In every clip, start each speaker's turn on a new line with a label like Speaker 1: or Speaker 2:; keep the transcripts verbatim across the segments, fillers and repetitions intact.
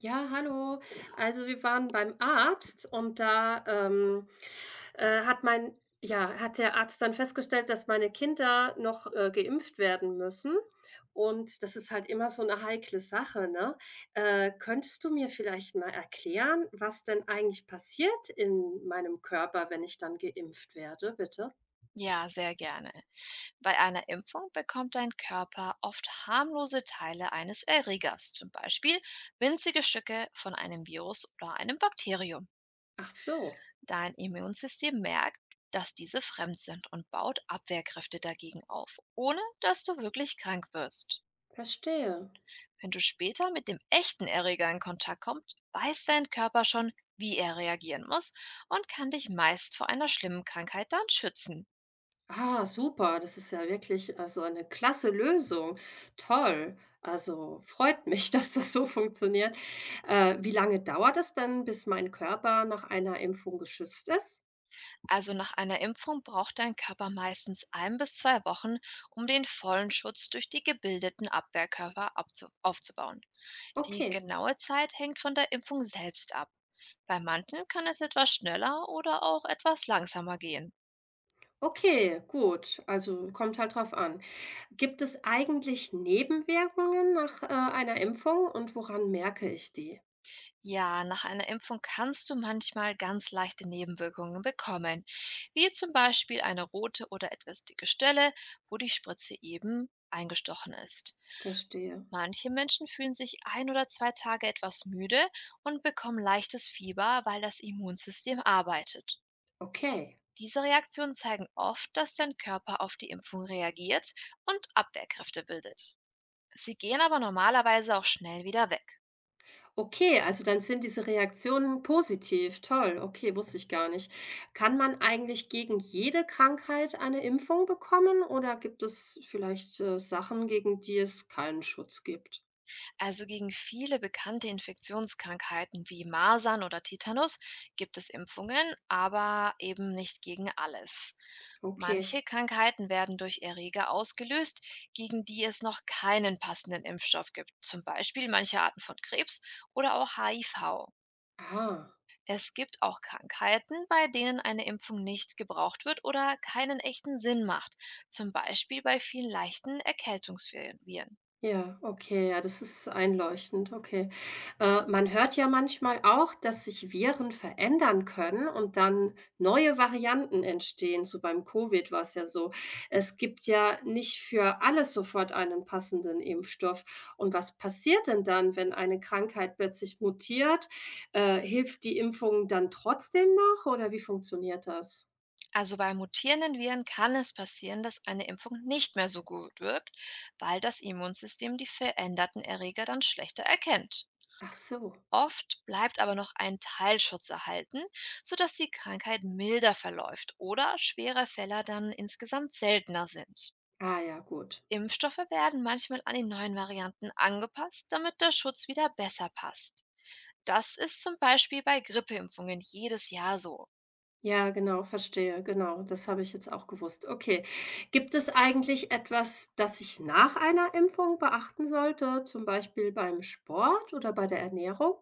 Speaker 1: Ja, hallo. Also wir waren beim Arzt und da ähm, äh, hat mein, ja, hat der Arzt dann festgestellt, dass meine Kinder noch äh, geimpft werden müssen. Und das ist halt immer so eine heikle Sache, ne? Äh, könntest du mir vielleicht mal erklären, was denn eigentlich passiert in meinem Körper, wenn ich dann geimpft werde, bitte?
Speaker 2: Ja, sehr gerne. Bei einer Impfung bekommt dein Körper oft harmlose Teile eines Erregers, zum Beispiel winzige Stücke von einem Virus oder einem Bakterium.
Speaker 1: Ach so,
Speaker 2: Dein Immunsystem merkt, dass diese fremd sind und baut Abwehrkräfte dagegen auf, ohne dass du wirklich krank wirst.
Speaker 1: verstehe.
Speaker 2: Wenn du später mit dem echten Erreger in Kontakt kommst, weiß dein Körper schon, wie er reagieren muss und kann dich meist vor einer schlimmen Krankheit dann schützen.
Speaker 1: Ah, super, das ist ja wirklich, also, eine klasse Lösung. Toll. Also, freut mich, dass das so funktioniert. Äh, wie lange dauert es denn, bis mein Körper nach einer Impfung geschützt ist?
Speaker 2: Also nach einer Impfung braucht dein Körper meistens ein bis zwei Wochen, um den vollen Schutz durch die gebildeten Abwehrkörper abzu- aufzubauen. Die
Speaker 1: Okay.
Speaker 2: genaue Zeit hängt von der Impfung selbst ab. Bei manchen kann es etwas schneller oder auch etwas langsamer gehen.
Speaker 1: Okay, gut. Also, kommt halt drauf an. Gibt es eigentlich Nebenwirkungen nach, äh, einer Impfung und woran merke ich die?
Speaker 2: Ja, nach einer Impfung kannst du manchmal ganz leichte Nebenwirkungen bekommen, wie zum Beispiel eine rote oder etwas dicke Stelle, wo die Spritze eben eingestochen ist.
Speaker 1: Verstehe.
Speaker 2: Manche Menschen fühlen sich ein oder zwei Tage etwas müde und bekommen leichtes Fieber, weil das Immunsystem arbeitet.
Speaker 1: Okay.
Speaker 2: Diese Reaktionen zeigen oft, dass dein Körper auf die Impfung reagiert und Abwehrkräfte bildet. Sie gehen aber normalerweise auch schnell wieder weg.
Speaker 1: Okay, also dann sind diese Reaktionen positiv. Toll, okay, wusste ich gar nicht. Kann man eigentlich gegen jede Krankheit eine Impfung bekommen oder gibt es vielleicht äh, Sachen, gegen die es keinen Schutz gibt?
Speaker 2: Also gegen viele bekannte Infektionskrankheiten wie Masern oder Tetanus gibt es Impfungen, aber eben nicht gegen alles.
Speaker 1: Okay.
Speaker 2: Manche Krankheiten werden durch Erreger ausgelöst, gegen die es noch keinen passenden Impfstoff gibt, zum Beispiel manche Arten von Krebs oder auch H I V.
Speaker 1: Ah.
Speaker 2: Es gibt auch Krankheiten, bei denen eine Impfung nicht gebraucht wird oder keinen echten Sinn macht, zum Beispiel bei vielen leichten Erkältungsviren.
Speaker 1: Ja, okay, ja, das ist einleuchtend, okay. Äh, man hört ja manchmal auch, dass sich Viren verändern können und dann neue Varianten entstehen. So beim Covid war es ja so. Es gibt ja nicht für alles sofort einen passenden Impfstoff. Und was passiert denn dann, wenn eine Krankheit plötzlich mutiert? Äh, hilft die Impfung dann trotzdem noch oder wie funktioniert das?
Speaker 2: Also bei mutierenden Viren kann es passieren, dass eine Impfung nicht mehr so gut wirkt, weil das Immunsystem die veränderten Erreger dann schlechter erkennt.
Speaker 1: Ach so.
Speaker 2: Oft bleibt aber noch ein Teilschutz erhalten, sodass die Krankheit milder verläuft oder schwere Fälle dann insgesamt seltener sind.
Speaker 1: Ah ja, gut.
Speaker 2: Impfstoffe werden manchmal an die neuen Varianten angepasst, damit der Schutz wieder besser passt. Das ist zum Beispiel bei Grippeimpfungen jedes Jahr so.
Speaker 1: Ja, genau, verstehe, genau. Das habe ich jetzt auch gewusst. Okay. Gibt es eigentlich etwas, das ich nach einer Impfung beachten sollte, zum Beispiel beim Sport oder bei der Ernährung?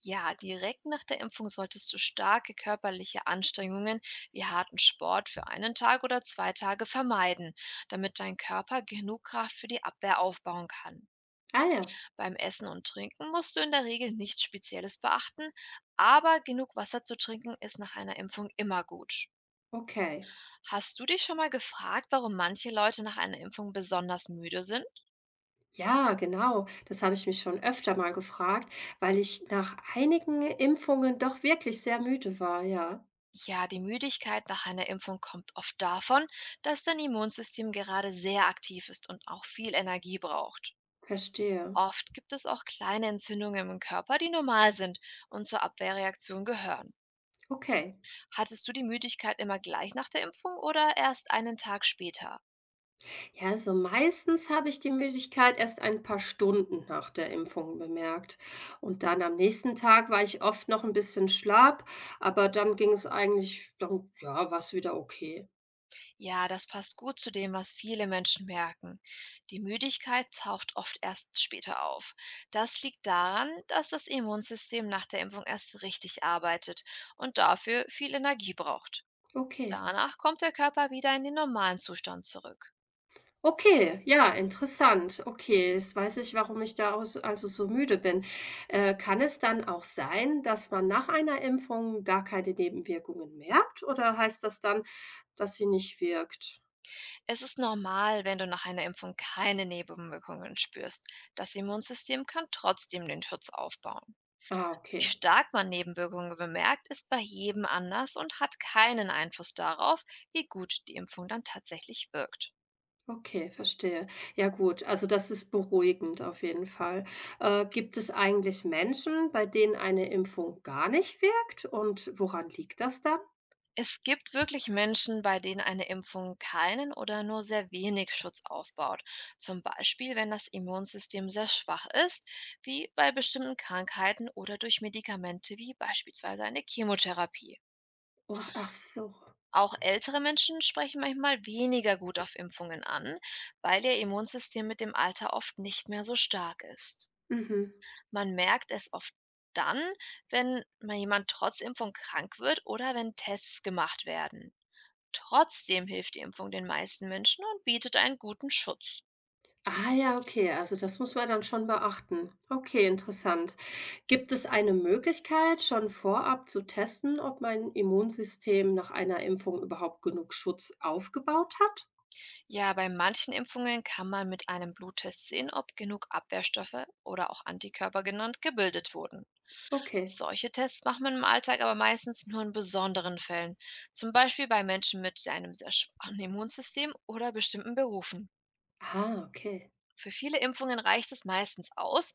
Speaker 2: Ja, direkt nach der Impfung solltest du starke körperliche Anstrengungen wie harten Sport für einen Tag oder zwei Tage vermeiden, damit dein Körper genug Kraft für die Abwehr aufbauen kann.
Speaker 1: Ah ja,
Speaker 2: Beim Essen und Trinken musst du in der Regel nichts Spezielles beachten, aber genug Wasser zu trinken ist nach einer Impfung immer gut.
Speaker 1: okay.
Speaker 2: Hast du dich schon mal gefragt, warum manche Leute nach einer Impfung besonders müde sind?
Speaker 1: Ja, genau. Das habe ich mich schon öfter mal gefragt, weil ich nach einigen Impfungen doch wirklich sehr müde war. Ja,
Speaker 2: Ja, die Müdigkeit nach einer Impfung kommt oft davon, dass dein Immunsystem gerade sehr aktiv ist und auch viel Energie braucht.
Speaker 1: verstehe.
Speaker 2: Oft gibt es auch kleine Entzündungen im Körper, die normal sind und zur Abwehrreaktion gehören.
Speaker 1: Okay.
Speaker 2: Hattest du die Müdigkeit immer gleich nach der Impfung oder erst einen Tag später?
Speaker 1: Ja, also meistens habe ich die Müdigkeit erst ein paar Stunden nach der Impfung bemerkt. Und dann am nächsten Tag war ich oft noch ein bisschen schlapp, aber dann ging es eigentlich, dann, ja, war es wieder okay.
Speaker 2: Ja, das passt gut zu dem, was viele Menschen merken. Die Müdigkeit taucht oft erst später auf. Das liegt daran, dass das Immunsystem nach der Impfung erst richtig arbeitet und dafür viel Energie braucht.
Speaker 1: Okay.
Speaker 2: Danach kommt der Körper wieder in den normalen Zustand zurück.
Speaker 1: Okay, ja, interessant. Okay, jetzt weiß ich, warum ich da aus- also so müde bin. Äh, kann es dann auch sein, dass man nach einer Impfung gar keine Nebenwirkungen merkt? Oder heißt das dann, dass sie nicht wirkt?
Speaker 2: Es ist normal, wenn du nach einer Impfung keine Nebenwirkungen spürst. Das Immunsystem kann trotzdem den Schutz aufbauen.
Speaker 1: Ah,
Speaker 2: Wie
Speaker 1: okay.
Speaker 2: stark man Nebenwirkungen bemerkt, ist bei jedem anders und hat keinen Einfluss darauf, wie gut die Impfung dann tatsächlich wirkt.
Speaker 1: Okay, verstehe. Ja gut, also das ist beruhigend auf jeden Fall. Äh, gibt es eigentlich Menschen, bei denen eine Impfung gar nicht wirkt? Und woran liegt das dann?
Speaker 2: Es gibt wirklich Menschen, bei denen eine Impfung keinen oder nur sehr wenig Schutz aufbaut. Zum Beispiel, wenn das Immunsystem sehr schwach ist, wie bei bestimmten Krankheiten oder durch Medikamente wie beispielsweise eine Chemotherapie.
Speaker 1: Oh, ach so.
Speaker 2: Auch ältere Menschen sprechen manchmal weniger gut auf Impfungen an, weil ihr Immunsystem mit dem Alter oft nicht mehr so stark ist.
Speaker 1: Mhm.
Speaker 2: Man merkt es oft dann, wenn mal jemand trotz Impfung krank wird oder wenn Tests gemacht werden. Trotzdem hilft die Impfung den meisten Menschen und bietet einen guten Schutz.
Speaker 1: Ah ja, okay, also das muss man dann schon beachten. Okay, interessant. Gibt es eine Möglichkeit, schon vorab zu testen, ob mein Immunsystem nach einer Impfung überhaupt genug Schutz aufgebaut hat?
Speaker 2: Ja, bei manchen Impfungen kann man mit einem Bluttest sehen, ob genug Abwehrstoffe oder auch Antikörper genannt gebildet wurden.
Speaker 1: Okay.
Speaker 2: Solche Tests macht man im Alltag aber meistens nur in besonderen Fällen, zum Beispiel bei Menschen mit einem sehr schwachen Immunsystem oder bestimmten Berufen.
Speaker 1: Ah, okay.
Speaker 2: Für viele Impfungen reicht es meistens aus,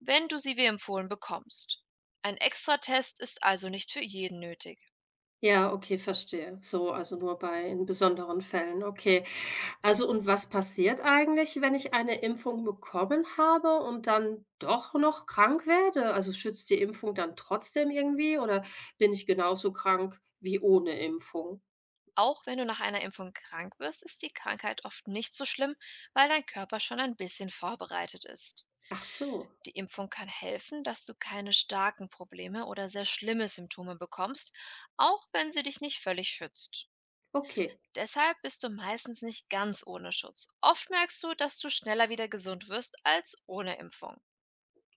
Speaker 2: wenn du sie wie empfohlen bekommst. Ein Extratest ist also nicht für jeden nötig.
Speaker 1: Ja, okay, verstehe. So, also nur bei in besonderen Fällen, okay. Also und was passiert eigentlich, wenn ich eine Impfung bekommen habe und dann doch noch krank werde? Also schützt die Impfung dann trotzdem irgendwie oder bin ich genauso krank wie ohne Impfung?
Speaker 2: Auch wenn du nach einer Impfung krank wirst, ist die Krankheit oft nicht so schlimm, weil dein Körper schon ein bisschen vorbereitet ist.
Speaker 1: Ach so,
Speaker 2: Die Impfung kann helfen, dass du keine starken Probleme oder sehr schlimme Symptome bekommst, auch wenn sie dich nicht völlig schützt.
Speaker 1: okay.
Speaker 2: Deshalb bist du meistens nicht ganz ohne Schutz. Oft merkst du, dass du schneller wieder gesund wirst als ohne Impfung.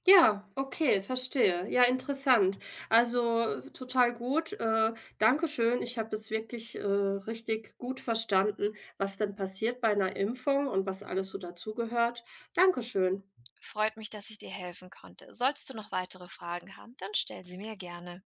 Speaker 1: Ja, okay, verstehe. Ja, interessant. Also total gut. Äh, Dankeschön. Ich habe jetzt wirklich äh, richtig gut verstanden, was denn passiert bei einer Impfung und was alles so dazugehört. Dankeschön.
Speaker 2: Freut mich, dass ich dir helfen konnte. Solltest du noch weitere Fragen haben, dann stell sie mir gerne.